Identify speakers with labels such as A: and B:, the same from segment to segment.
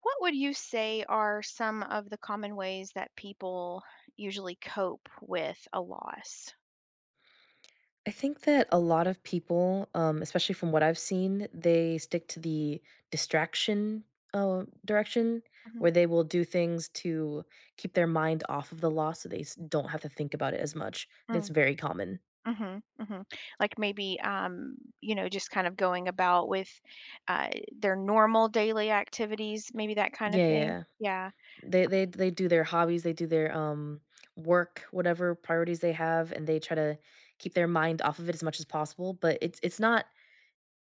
A: What would you say are some of the common ways that people usually cope with a loss?
B: I think that a lot of people, especially from what I've seen, they stick to the distraction direction
A: Mhm.
B: where they will do things to keep their mind off of the loss so don't have to think about it as much. That's
A: Mm,
B: very common.
A: mhm. Like maybe, just kind of going about with uh, their normal daily activities, maybe that kind of
B: Yeah,
A: thing.
B: yeah.
A: Yeah.
B: They do their hobbies, they do their work, whatever priorities they have, and they try to keep their mind off of it as much as possible. But it's not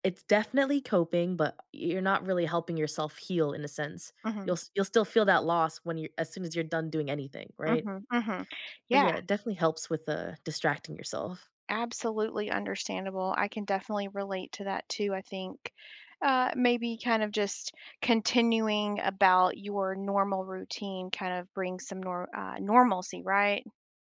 B: It's definitely coping, but you're not really helping yourself heal in a sense.
A: Mhm.
B: You'll still feel that loss when you're as soon as you're done doing anything, right?
A: Mhm. Mhm.
B: But
A: Yeah.
B: yeah, it definitely helps with, distracting yourself.
A: Absolutely understandable. I can definitely relate to that too. I think maybe kind of just continuing about your normal routine kind of brings some normalcy, right?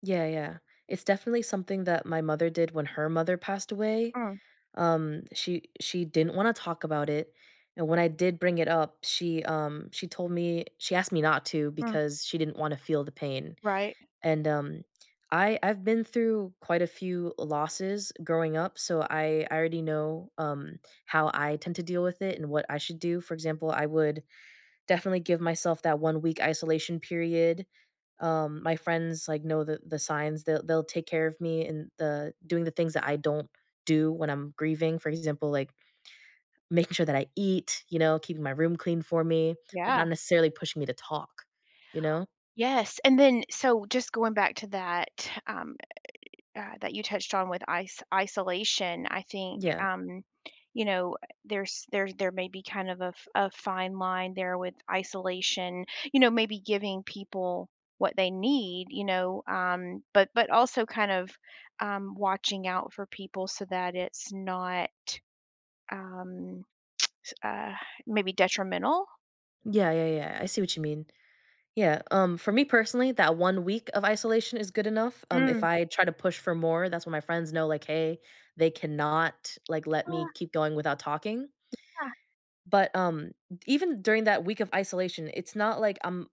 B: Yeah, yeah. It's definitely something that my mother did when her mother passed away.
A: Mm,
B: She didn't wanna talk about it, and when I did bring it up, she told me, she asked me not to
A: mm,
B: because she didn't wanna feel the pain.
A: right.
B: And I've been through quite a few losses growing up, so I already know how I tend to deal with it and what I should do. For example, I would definitely give myself that 1 week isolation period. My friends like know the signs. They'll take care of me and the doing the things that I don't do when I'm grieving. For example, like making sure that I eat, you know, keeping my room clean for me, but
A: Yeah.
B: not necessarily pushing me to talk, you know?
A: Yes. And then, so just going back to that, um, that you touched on with isolation, I think
B: Yeah.
A: you know there's there may be kind of a, a fine line there with isolation. You know, maybe giving people what they need. You know, but also kind of watching out for people so that it's not um, uh, maybe detrimental.
B: Yeah, yeah, yeah. I see what you mean. Yeah, for me personally, that 1 week of isolation is good enough. If
A: Mm.
B: I try to push for more, that's when my friends know, like, "Hey, they cannot, like, let me keep going without talking." But, even during that week of isolation, it's not like I'm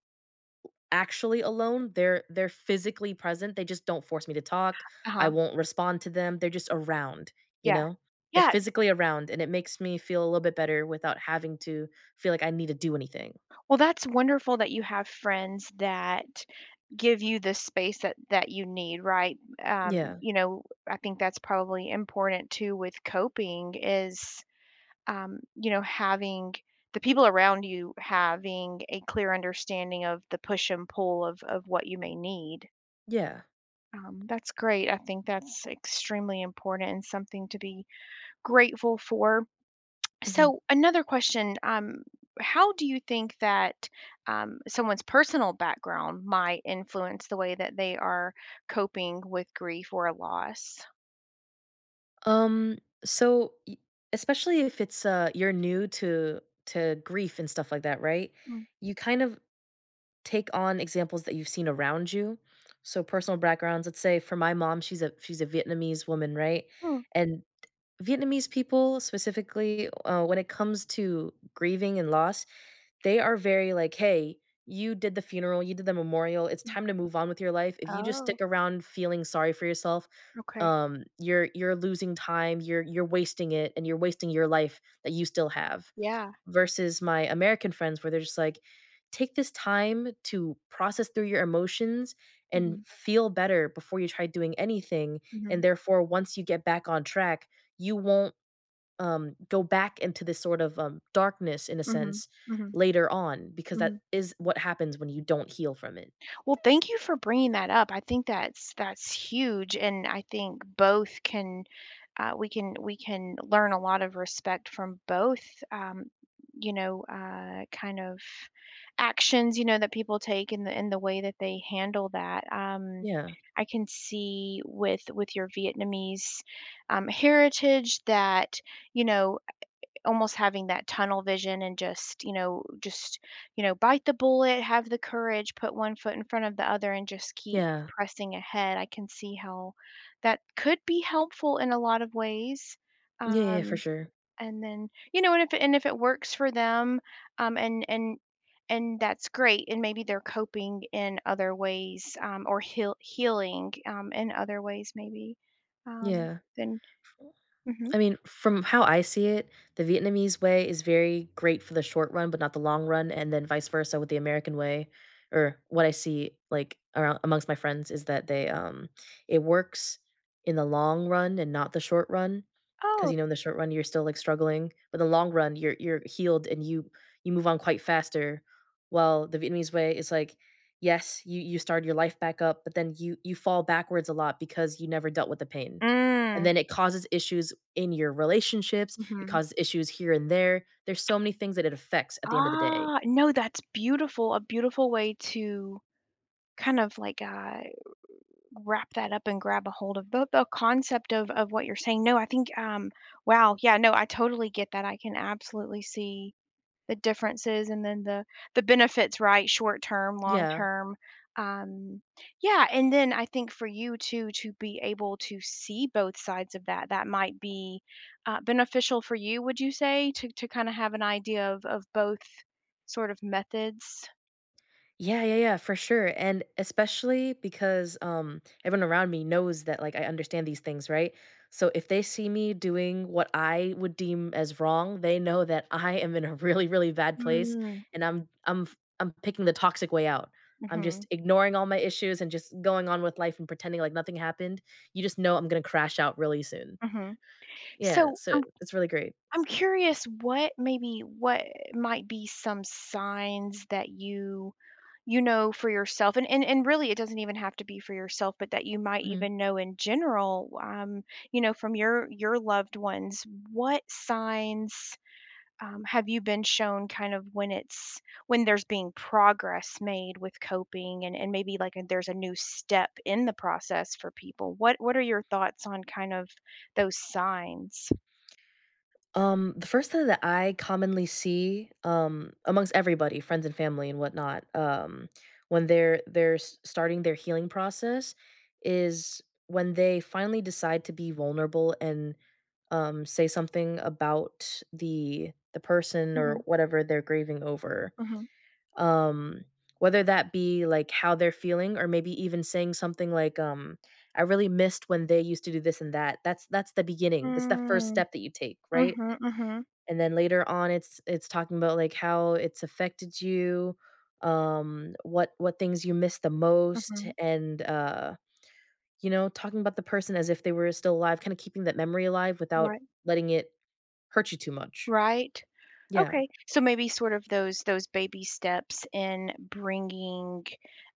B: actually alone, they're physically present, they just don't force me to talk,
A: Uh
B: I
A: huh.
B: won't respond to them, they're just around, you
A: Yeah.
B: know? They're
A: Yeah.
B: physically around, and it makes me feel a little bit better without having to feel like I need to do anything.
A: Well, that's wonderful that you have friends that give you the space that that you need, right?
B: Yeah,
A: You know, I think that's probably important too with coping is you know, having the people around you having a clear understanding of the push and pull of what you may need.
B: yeah,
A: That's great. I think that's extremely important and something to be grateful for.
B: mhm.
A: So another question, how do you think that someone's personal background might influence the way that they are coping with grief or a loss?
B: Um, so y- especially if it's you're new to grief and stuff like that, right? You kind of take on examples that you've seen around you. So personal backgrounds, let's say for my mom, she's a Vietnamese woman, right?
A: Mm-hmm.
B: And Vietnamese people specifically, when it comes to grieving and loss, they are very like, "Hey, you did the funeral, you did the memorial, it's time to move on with your life. If you just stick
A: Oh,
B: around feeling sorry for yourself,
A: okay.
B: you're losing time, you're wasting it, and you're wasting your life that you still have."
A: Yeah.
B: Versus my American friends where they're just like, "Take this time to process through your emotions
A: Mm-hmm.
B: and feel better before you try doing anything,
A: Mm-hmm.
B: and therefore, once you get back on track, you won't, go back into this sort of, darkness in a
A: Mm-hmm.
B: sense
A: Mm-hmm.
B: later on because that is what happens when you don't heal from it."
A: Well, thank you for bringing that up. I think that's huge, and I think both can we can learn a lot of respect from both. Um, you know, kind of actions you know that people take in the way that they handle that.
B: Yeah.
A: I can see with your Vietnamese heritage that you know almost having that tunnel vision and just, you know, bite the bullet, have the courage, put one foot in front of the other and just keep
B: Yeah.
A: pressing ahead. I can see how that could be helpful in a lot of ways.
B: Yeah, yeah, for
A: Um,
B: sure.
A: and then, you know, and if it works for them, um, and and and that's great. And maybe they're coping in other ways, or healing in other ways, maybe.
B: Yeah.
A: Then, hmm
B: I mean, from how I see it, the Vietnamese way is very great for the short run, but not the long run, and then vice versa with the American way, or what I see like around amongst my friends is that they it works in the long run and not the short run. Because
A: oh,
B: you know, in the short run you're still like struggling, but in the long run you're healed and you move on quite faster. While the Vietnamese way is like, yes, you start your life back up, but then you fall backwards a lot because you never dealt with the pain and
A: mm,
B: then it causes issues in your relationships, it
A: mhm.
B: causes issues here and there. There's so many things that it affects at the end of the day.
A: Ah, no, that's beautiful. A beautiful way to kind of like wrap that up and grab a hold of the concept of what you're saying. No, I think, wow, yeah, no, I totally get that. I can absolutely see the differences and then the benefits, right? Short term, long
B: Yeah.
A: term. Um, yeah, and then I think for you too to be able to see both sides of that, that might be beneficial for you, would you say, to kind of have an idea of both sort of methods?
B: Yeah, yeah, yeah, for sure. And especially because everyone around me knows that like I understand these things, right? So if they see me doing what I would deem as wrong, they know that I am in a really, really bad place
A: Mm,
B: and I'm picking the toxic way out. I'm
A: mhm,
B: just ignoring all my issues and just going on with life and pretending like nothing happened. You just know I'm going to crash out really soon.
A: mhm.
B: Yeah,
A: So
B: so
A: I'm
B: it's really great.
A: I'm curious what maybe what might be some signs that you know for yourself and, really it doesn't even have to be for yourself but that you might
B: Mhm.
A: even know in general you know from your loved ones what signs have you been shown kind of when it's when there's being progress made with coping and maybe like there's a new step in the process for people what are your thoughts on kind of those signs
B: The first thing that I commonly see, amongst everybody, friends and family and whatnot, when starting their healing process, is when they finally decide to be vulnerable and say something about the person
A: hmm
B: or whatever they're grieving over. Um, whether that be like how they're feeling, or maybe even saying something like, "I really missed when they used to do this and that." That's the beginning. That's the first
A: Mm.
B: step that you take, right?
A: Mhm, mhm,
B: And then later on, it's talking about, like, how it's affected you, what things you miss the most,
A: mhm.
B: and, you know, talking about the person as if they were still alive, kinda keeping that memory alive without
A: Right,
B: letting it hurt you too much.
A: right.
B: Yeah.
A: Okay, so maybe sort of those baby steps in bringing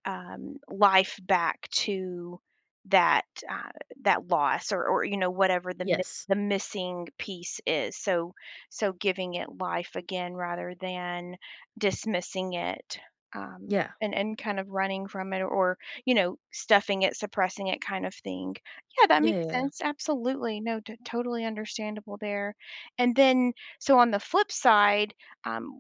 A: life back to that that loss or you know whatever the
B: Yes.
A: the missing piece is so so giving it life again rather than dismissing it um,
B: Yeah.
A: and kind of running from it or you know stuffing it suppressing it kind of thing yeah that
B: Yeah,
A: makes
B: yeah,
A: sense absolutely no totally understandable there and then so on the flip side um,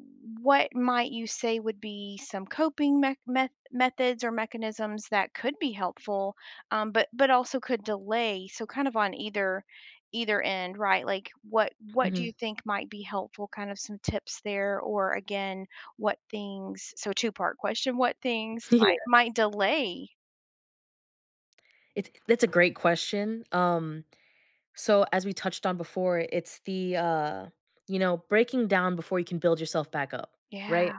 A: what might you say would be some coping methods or mechanisms that could be helpful, but also could delay? So kind of on either either end, right? Like
B: yeah.
A: what do you
B: Mhm.
A: think might be helpful? Kind of some tips there, or again, what things? So two-part question: What things
B: Yeah.
A: might delay?
B: It's that's a great question. So as we touched on before, it's the, you know, breaking down before you can build yourself back up, right?
A: Yeah,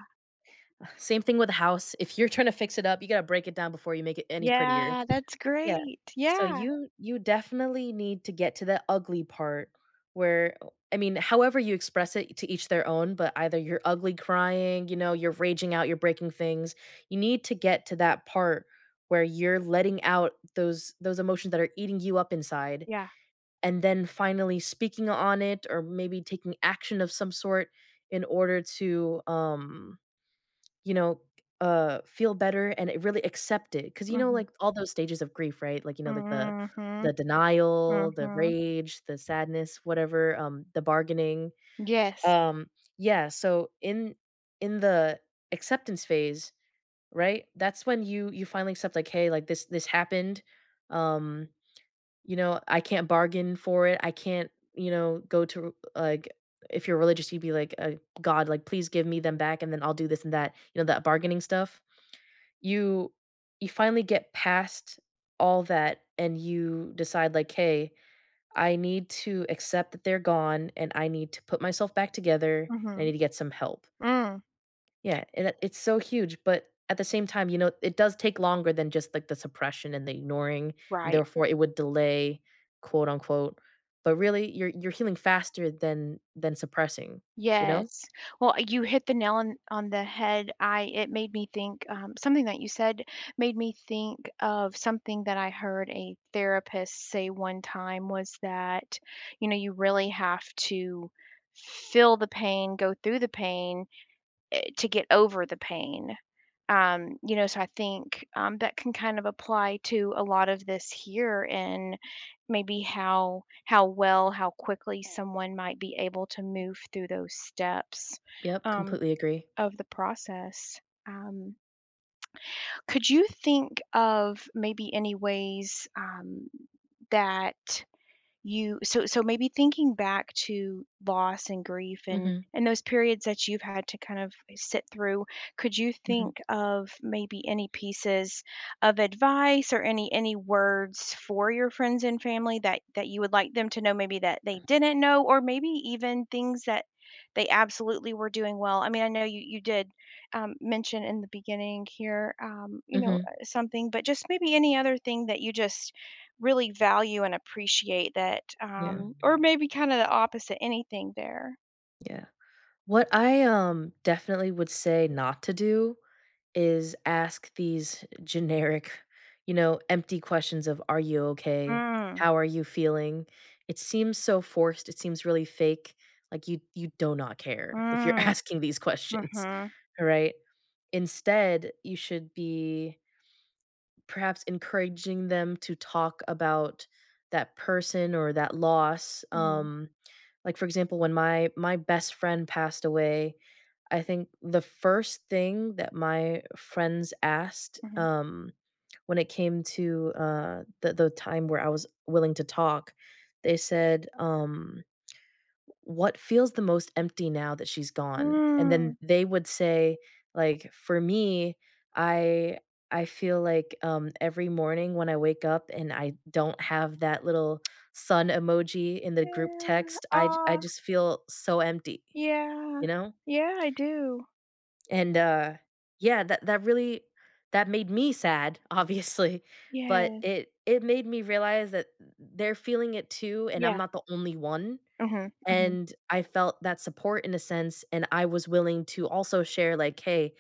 B: Same thing with a house. If you're trying to fix it up, you gotta break it down before you make it any prettier.
A: yeah, that's
B: Yeah.
A: great.
B: So
A: Yeah,
B: you definitely need to get to the ugly part where I mean, however you express it to each their own, but either you're ugly crying, you know, you're raging out, you're breaking things. You need to get to that part where you're letting out those emotions that are eating you up inside
A: yeah.
B: and then finally speaking on it or maybe taking action of some sort in order to you know, feel better and it really accept it, cause you know,
A: Mhm.
B: like, all those stages of grief, right? Like, you know, like,
A: Mhm.
B: the denial, the
A: Mhm.
B: rage, the sadness, whatever, the bargaining.
A: Yes.
B: Um, yeah, so in the acceptance phase, right, that's when you finally accept, like, "Hey, like, this happened, um, you know, I can't bargain for it, I can't, you know, go to like" if you're religious, you'd be like, God, like, please give me them back, and then I'll do this and that," you know, that bargaining stuff. You you finally get past all that and you decide like, "Hey, I need to accept that they're gone and I need to put myself back together and I
A: Mhm.
B: need to get some help."
A: Mm.
B: Yeah, and that it's so huge, but at the same time, you know, it does take longer than just like the suppression and the ignoring, and
A: Right.
B: therefore it would delay, quote unquote. But really you're healing faster than suppressing, you know?
A: Yes. Well, you hit the nail on the head. I it made me think something that you said made me think of something that I heard a therapist say one time was that, you know, you really have to feel the pain, go through the pain to get over the pain. You know, so I think, that can kind of apply to a lot of this here and maybe how well, how quickly someone might be able to move through those steps,
B: Yep,
A: um,
B: completely agree.
A: of the process. Um, could you think of maybe any ways, that you so so maybe thinking back to loss and grief
B: Mhm,
A: and those periods that you've had to kind of sit through, could you
B: mhm,
A: think of maybe any pieces of advice or any words for your friends and family that that you would like them to know maybe that they didn't know or maybe even things that they absolutely were doing well. I mean, I know you you did mention in the beginning here, you know,
B: mhm.
A: something, but just maybe any other thing that you just really value and appreciate that,
B: Yeah,
A: or maybe kind of the opposite, anything there.
B: yeah. What I, definitely would say not to do is ask these generic, you know, empty questions of, "Are you okay?
A: Mm,
B: How are you feeling?" It seems so forced, it seems really fake, like, you do not care if you're
A: mm,
B: asking these questions,
A: mhm,
B: all right? Instead, you should be perhaps encouraging them to talk about that person or that loss,
A: mhm,
B: like, for example, when my best friend passed away, I think the first thing that my friends asked,
A: mhm.
B: when it came to, the time where I was willing to talk, they said, "What feels the most empty now that she's gone?" And then
A: Mm,
B: they would say, like, "For me, I I feel like, every morning when I wake up and I don't have that little sun emoji in the group
A: yeah,
B: text, I
A: Ah.
B: just feel so empty."
A: yeah.
B: You know?
A: Yeah, I do.
B: And, yeah, that really that made me sad, obviously, but
A: Yes,
B: it made me realize that they're feeling it too, and I'm
A: yeah.
B: not the only one,
A: Mhm, mhm,
B: and I felt that support in a sense, and I was willing to also share, like, "Hey,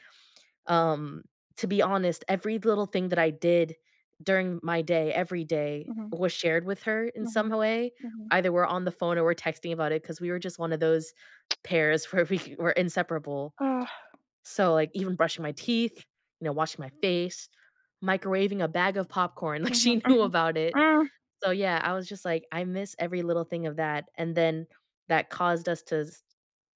B: um, to be honest, every little thing that I did during my day, every day,
A: mhm,
B: was shared with her in some
A: mhm,
B: way."
A: mhm.
B: Either we're on the phone or we're texting about it, because we were just one of those pairs where we were inseparable,
A: Ugh,
B: so, like, even brushing my teeth, you know, washing my face, microwaving a bag of popcorn, like, she knew
A: mhm.
B: about it.
A: Mm.
B: So, yeah, I was just like, "I miss every little thing of that," and then that caused us to s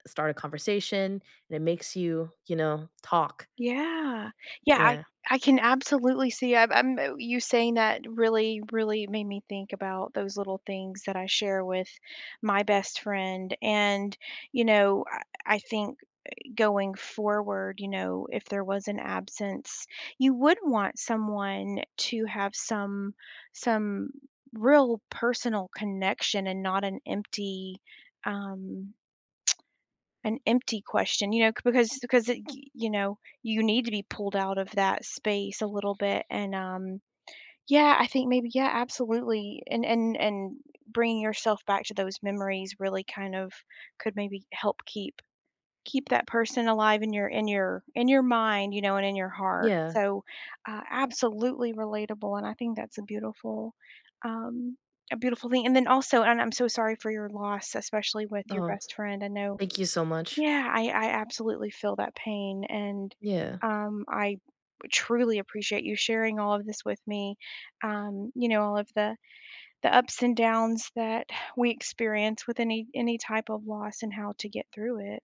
B: start a conversation, and it makes you, you know, talk.
A: Yeah. Yeah,
B: Yeah.
A: I can absolutely see I'm you saying that really, really made me think about those little things that I share with my best friend. And, you know, I think going forward, you know, if there was an absence, you would want someone to have some real personal connection and not an empty um an empty question, you know, because it, you know you need to be pulled out of that space a little bit, and yeah, I think maybe yeah, absolutely, and bringing yourself back to those memories really kind of could maybe help keep keep that person alive in your in your in your mind, you know, and in your heart.
B: Yeah.
A: So, absolutely relatable, and I think that's a beautiful. Um, a beautiful thing and then also and I'm so sorry for your loss especially with your
B: Oh,
A: best friend I know
B: thank you so much.
A: yeah, I absolutely feel that pain, and,
B: Yeah.
A: I truly appreciate you sharing all of this with me, you know, all of the ups and downs that we experience with any type of loss and how to get through it.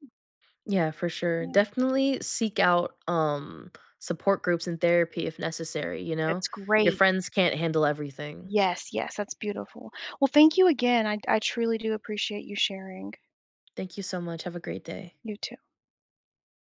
B: Yeah, for sure.
A: Yeah.
B: Definitely seek out, support groups and therapy if necessary, you know?
A: That's
B: Your
A: great.
B: friends can't handle everything.
A: Yes, yes, that's beautiful. Well, thank you again, I truly do appreciate you sharing.
B: Thank you so much. Have a great day.
A: You too.